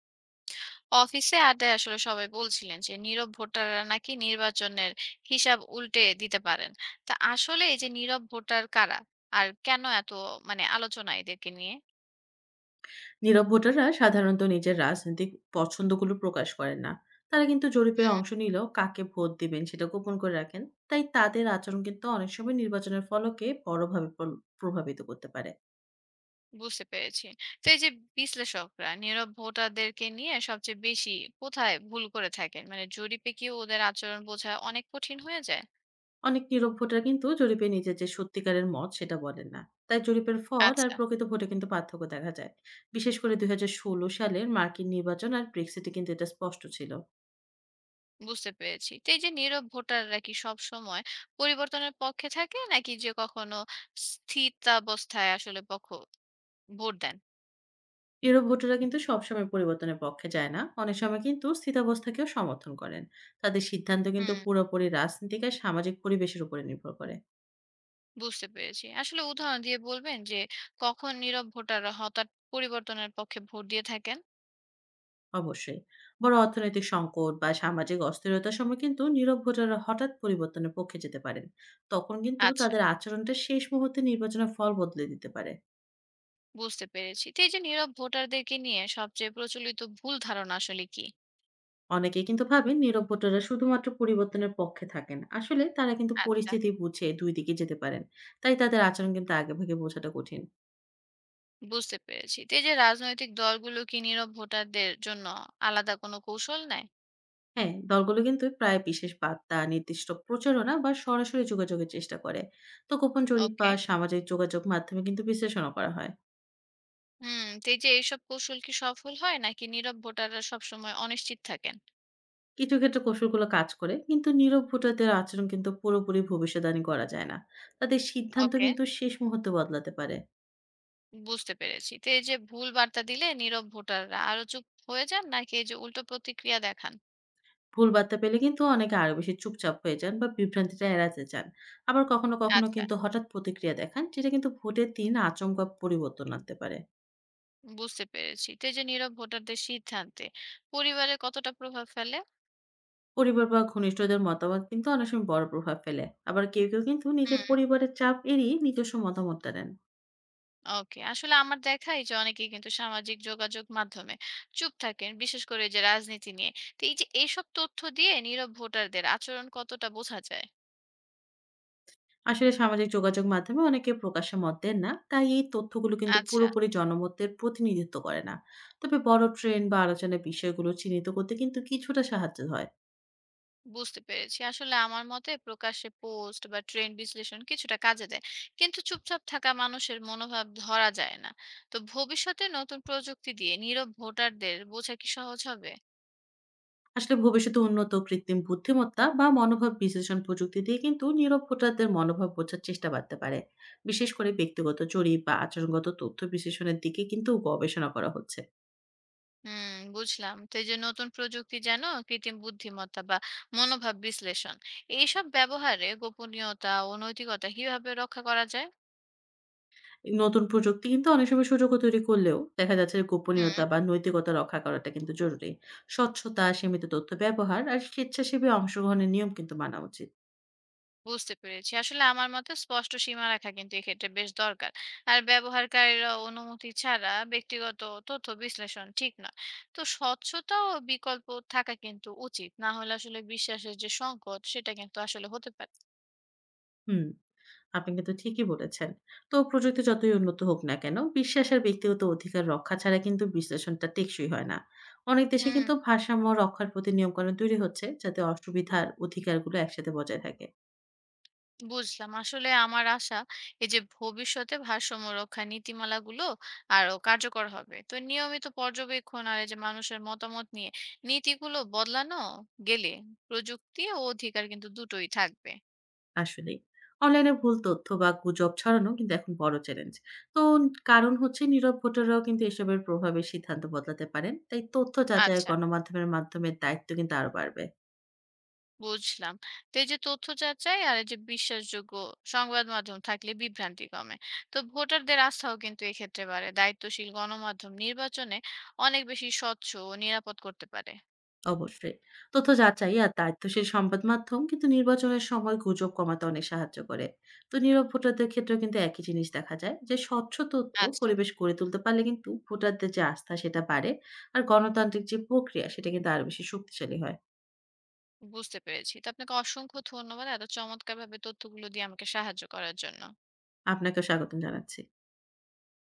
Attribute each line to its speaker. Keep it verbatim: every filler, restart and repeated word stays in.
Speaker 1: অফিসে আড্ডায় আসলে সবাই বলছিলেন যে নীরব ভোটাররা নাকি নির্বাচনের হিসাব উল্টে দিতে পারেন। তা আসলে এই যে নীরব ভোটার কারা আর কেন এত মানে আলোচনা এদেরকে নিয়ে।
Speaker 2: নীরব ভোটাররা সাধারণত নিজের রাজনৈতিক পছন্দগুলো প্রকাশ করেন না। তারা কিন্তু জরিপে অংশ নিলেও কাকে ভোট দিবেন সেটা গোপন করে রাখেন। তাই তাদের আচরণ কিন্তু অনেক সময় নির্বাচনের ফলকে বড়ভাবে পল- প্রভাবিত করতে পারে।
Speaker 1: বুঝতে পেরেছি। তো এই যে বিশ্লেষকরা নীরব ভোটারদেরকে নিয়ে সবচেয়ে বেশি কোথায় ভুল করে থাকেন, মানে জরিপে কি ওদের আচরণ বোঝা অনেক কঠিন হয়ে যায়?
Speaker 2: অনেক নীরব ভোটার কিন্তু জরিপে নিজের যে সত্যিকারের মত সেটা বলেন না। তাই জরিপের ফল আর
Speaker 1: আচ্ছা,
Speaker 2: প্রকৃত ভোটে কিন্তু পার্থক্য দেখা যায়। বিশেষ করে দুই হাজার ষোলো সালের মার্কিন নির্বাচন আর ব্রেক্সিটে কিন্তু এটা স্পষ্ট ছিল।
Speaker 1: বুঝতে পেরেছি। তো এই যে নীরব ভোটাররা কি সব সময় পরিবর্তনের পক্ষে থাকে নাকি যে কখনো স্থিতাবস্থায় আসলে পক্ষ ভোট দেন?
Speaker 2: ইউরোপ ভোটাররা কিন্তু সবসময় পরিবর্তনের পক্ষে যায় না, অনেক সময় কিন্তু স্থিতাবস্থাকেও সমর্থন করেন। তাদের সিদ্ধান্ত কিন্তু
Speaker 1: হুম,
Speaker 2: পুরোপুরি রাজনৈতিক আর সামাজিক পরিবেশের উপরে নির্ভর করে।
Speaker 1: বুঝতে পেরেছি। আসলে উদাহরণ দিয়ে বলবেন যে কখন নীরব ভোটাররা হঠাৎ পরিবর্তনের পক্ষে ভোট দিয়ে থাকেন?
Speaker 2: অবশ্যই। বড় অর্থনৈতিক সংকট বা সামাজিক অস্থিরতার সময় কিন্তু নীরব ভোটাররা হঠাৎ পরিবর্তনের পক্ষে যেতে পারেন। তখন কিন্তু
Speaker 1: আচ্ছা,
Speaker 2: তাদের আচরণটা শেষ মুহূর্তে নির্বাচনের ফল বদলে দিতে পারে।
Speaker 1: বুঝতে পেরেছি। তো এই যে নীরব ভোটারদেরকে নিয়ে সবচেয়ে প্রচলিত ভুল ধারণা আসলে কি?
Speaker 2: অনেকে কিন্তু ভাবেন নীরব ভোটাররা শুধুমাত্র পরিবর্তনের পক্ষে থাকেন, আসলে তারা কিন্তু
Speaker 1: আচ্ছা,
Speaker 2: পরিস্থিতি বুঝে দুই দিকে যেতে পারেন। তাই তাদের আচরণ কিন্তু আগেভাগে বোঝাটা কঠিন।
Speaker 1: বুঝতে পেরেছি। তো এই যে রাজনৈতিক দলগুলো কি নীরব ভোটারদের জন্য আলাদা কোনো কৌশল নেয়?
Speaker 2: হ্যাঁ, দলগুলো কিন্তু প্রায় বিশেষ বার্তা, নির্দিষ্ট প্রচারণা বা সরাসরি যোগাযোগের চেষ্টা করে। তো গোপন জরিপ
Speaker 1: ওকে।
Speaker 2: বা সামাজিক যোগাযোগ মাধ্যমে কিন্তু বিশ্লেষণও করা হয়।
Speaker 1: হুম, তো এই যে এইসব কৌশল কি সফল হয় নাকি নীরব ভোটাররা সবসময় অনিশ্চিত থাকেন?
Speaker 2: কিছু ক্ষেত্রে কৌশলগুলো কাজ করে, কিন্তু নীরব ভোটারদের আচরণ কিন্তু পুরোপুরি ভবিষ্যদ্বাণী করা যায় না। তাদের সিদ্ধান্ত
Speaker 1: ওকে।
Speaker 2: কিন্তু শেষ মুহূর্তে বদলাতে পারে।
Speaker 1: বুঝতে পেরেছি। তো এই যে ভুল বার্তা দিলে নীরব ভোটাররা আরো চুপ হয়ে যান নাকি এই যে উল্টো প্রতিক্রিয়া দেখান?
Speaker 2: ভুল বার্তা পেলে কিন্তু অনেকে আরো বেশি চুপচাপ হয়ে যান বা বিভ্রান্তিটা এড়াতে চান। আবার কখনো, কখনো
Speaker 1: আচ্ছা,
Speaker 2: কিন্তু হঠাৎ প্রতিক্রিয়া দেখান, যেটা কিন্তু ভোটের দিন আচমকা পরিবর্তন আনতে পারে।
Speaker 1: বুঝতে পেরেছি। তো এই যে নীরব ভোটারদের সিদ্ধান্তে পরিবারে কতটা প্রভাব ফেলে?
Speaker 2: পরিবার বা ঘনিষ্ঠদের মতামত কিন্তু অনেক সময় বড় প্রভাব ফেলে। আবার কেউ কেউ কিন্তু নিজের
Speaker 1: হুম,
Speaker 2: পরিবারের চাপ এড়িয়ে নিজস্ব মতামতটা দেন।
Speaker 1: ওকে। আসলে আমার দেখা এই যে অনেকেই কিন্তু সামাজিক যোগাযোগ মাধ্যমে চুপ থাকেন, বিশেষ করে এই যে রাজনীতি নিয়ে। তো এই যে এইসব তথ্য দিয়ে নীরব ভোটারদের আচরণ কতটা বোঝা যায়?
Speaker 2: আসলে সামাজিক যোগাযোগ মাধ্যমে অনেকে প্রকাশ্যে মত দেন না, তাই এই তথ্যগুলো কিন্তু
Speaker 1: আচ্ছা,
Speaker 2: পুরোপুরি জনমতের প্রতিনিধিত্ব করে না। তবে বড় ট্রেন্ড বা আলোচনার বিষয়গুলো চিহ্নিত করতে কিন্তু কিছুটা সাহায্য হয়।
Speaker 1: বুঝতে পেরেছি। আসলে আমার মতে প্রকাশ্যে পোস্ট বা ট্রেন্ড বিশ্লেষণ কিছুটা কাজে দেয়। কিন্তু চুপচাপ থাকা মানুষের মনোভাব ধরা যায় না। তো ভবিষ্যতে নতুন প্রযুক্তি দিয়ে নীরব ভোটারদের বোঝা কি সহজ হবে?
Speaker 2: আসলে ভবিষ্যতে উন্নত কৃত্রিম বুদ্ধিমত্তা বা মনোভাব বিশ্লেষণ প্রযুক্তি দিয়ে কিন্তু নীরব ভোটারদের মনোভাব বোঝার চেষ্টা বাড়তে পারে। বিশেষ করে ব্যক্তিগত জরিপ বা আচরণগত তথ্য বিশ্লেষণের দিকে কিন্তু গবেষণা করা হচ্ছে।
Speaker 1: হুম, বুঝলাম। তো এই যে নতুন প্রযুক্তি যেন কৃত্রিম বুদ্ধিমত্তা বা মনোভাব বিশ্লেষণ, এইসব ব্যবহারে গোপনীয়তা ও নৈতিকতা কিভাবে রক্ষা করা যায়?
Speaker 2: নতুন প্রযুক্তি কিন্তু অনেক সময় সুযোগও তৈরি করলেও দেখা যাচ্ছে যে
Speaker 1: হুম।
Speaker 2: গোপনীয়তা হুম। বা নৈতিকতা রক্ষা করাটা কিন্তু জরুরি। স্বচ্ছতা, সীমিত তথ্য ব্যবহার আর স্বেচ্ছাসেবী অংশগ্রহণের নিয়ম কিন্তু মানা উচিত।
Speaker 1: বুঝতে পেরেছি। আসলে আমার মতে স্পষ্ট সীমা রাখা কিন্তু এক্ষেত্রে বেশ দরকার। আর ব্যবহারকারীরা অনুমতি ছাড়া ব্যক্তিগত তথ্য বিশ্লেষণ ঠিক নয়। তো স্বচ্ছতা ও বিকল্প থাকা কিন্তু উচিত। না হলে আসলে বিশ্বাসের যে সংকট সেটা কিন্তু আসলে হতে পারে।
Speaker 2: হুম, আপনি কিন্তু ঠিকই বলেছেন। তো প্রযুক্তি যতই উন্নত হোক না কেন, বিশ্বাস আর ব্যক্তিগত অধিকার রক্ষা ছাড়া কিন্তু বিশ্লেষণটা টেকসই হয় না। অনেক দেশে
Speaker 1: হুম,
Speaker 2: কিন্তু ভারসাম্য রক্ষার প্রতি নিয়মকানুন তৈরি হচ্ছে, যাতে অসুবিধার অধিকারগুলো একসাথে বজায় থাকে।
Speaker 1: বুঝলাম। আসলে আমার আশা এই যে ভবিষ্যতে ভারসাম্য রক্ষা নীতিমালাগুলো আরো কার্যকর হবে। তো নিয়মিত পর্যবেক্ষণ আর এই যে মানুষের মতামত নিয়ে নীতিগুলো বদলানো গেলে প্রযুক্তি ও অধিকার কিন্তু দুটোই থাকবে।
Speaker 2: আসলেই। অনলাইনে ভুল তথ্য বা গুজব ছড়ানো কিন্তু এখন বড় চ্যালেঞ্জ। তো কারণ হচ্ছে নীরব ভোটাররাও কিন্তু এসবের প্রভাবে সিদ্ধান্ত বদলাতে পারেন। তাই তথ্য যাচাই ও
Speaker 1: আচ্ছা,
Speaker 2: গণমাধ্যমের মাধ্যমে দায়িত্ব কিন্তু আরো বাড়বে।
Speaker 1: বুঝলাম। তো এই যে তথ্য যাচাই আর এই যে বিশ্বাসযোগ্য সংবাদ মাধ্যম থাকলে বিভ্রান্তি কমে। তো ভোটারদের আস্থাও কিন্তু এক্ষেত্রে বাড়ে। দায়িত্বশীল গণমাধ্যম নির্বাচনে অনেক বেশি স্বচ্ছ ও নিরাপদ করতে পারে।
Speaker 2: অবশ্যই। তথ্য যাচাই আর দায়িত্বশীল সংবাদ মাধ্যম কিন্তু নির্বাচনের সময় গুজব কমাতে অনেক সাহায্য করে। তো নীরব ভোটারদের ক্ষেত্রেও কিন্তু একই জিনিস দেখা যায় যে স্বচ্ছ তথ্য
Speaker 1: আচ্ছা,
Speaker 2: পরিবেশ গড়ে তুলতে পারলে কিন্তু ভোটারদের যে আস্থা সেটা বাড়ে। আর গণতান্ত্রিক যে প্রক্রিয়া সেটা কিন্তু আরো বেশি শক্তিশালী হয়।
Speaker 1: বুঝতে পেরেছি। তো আপনাকে অসংখ্য ধন্যবাদ এত চমৎকারভাবে তথ্যগুলো দিয়ে আমাকে সাহায্য করার জন্য।
Speaker 2: আপনাকেও স্বাগতম জানাচ্ছি।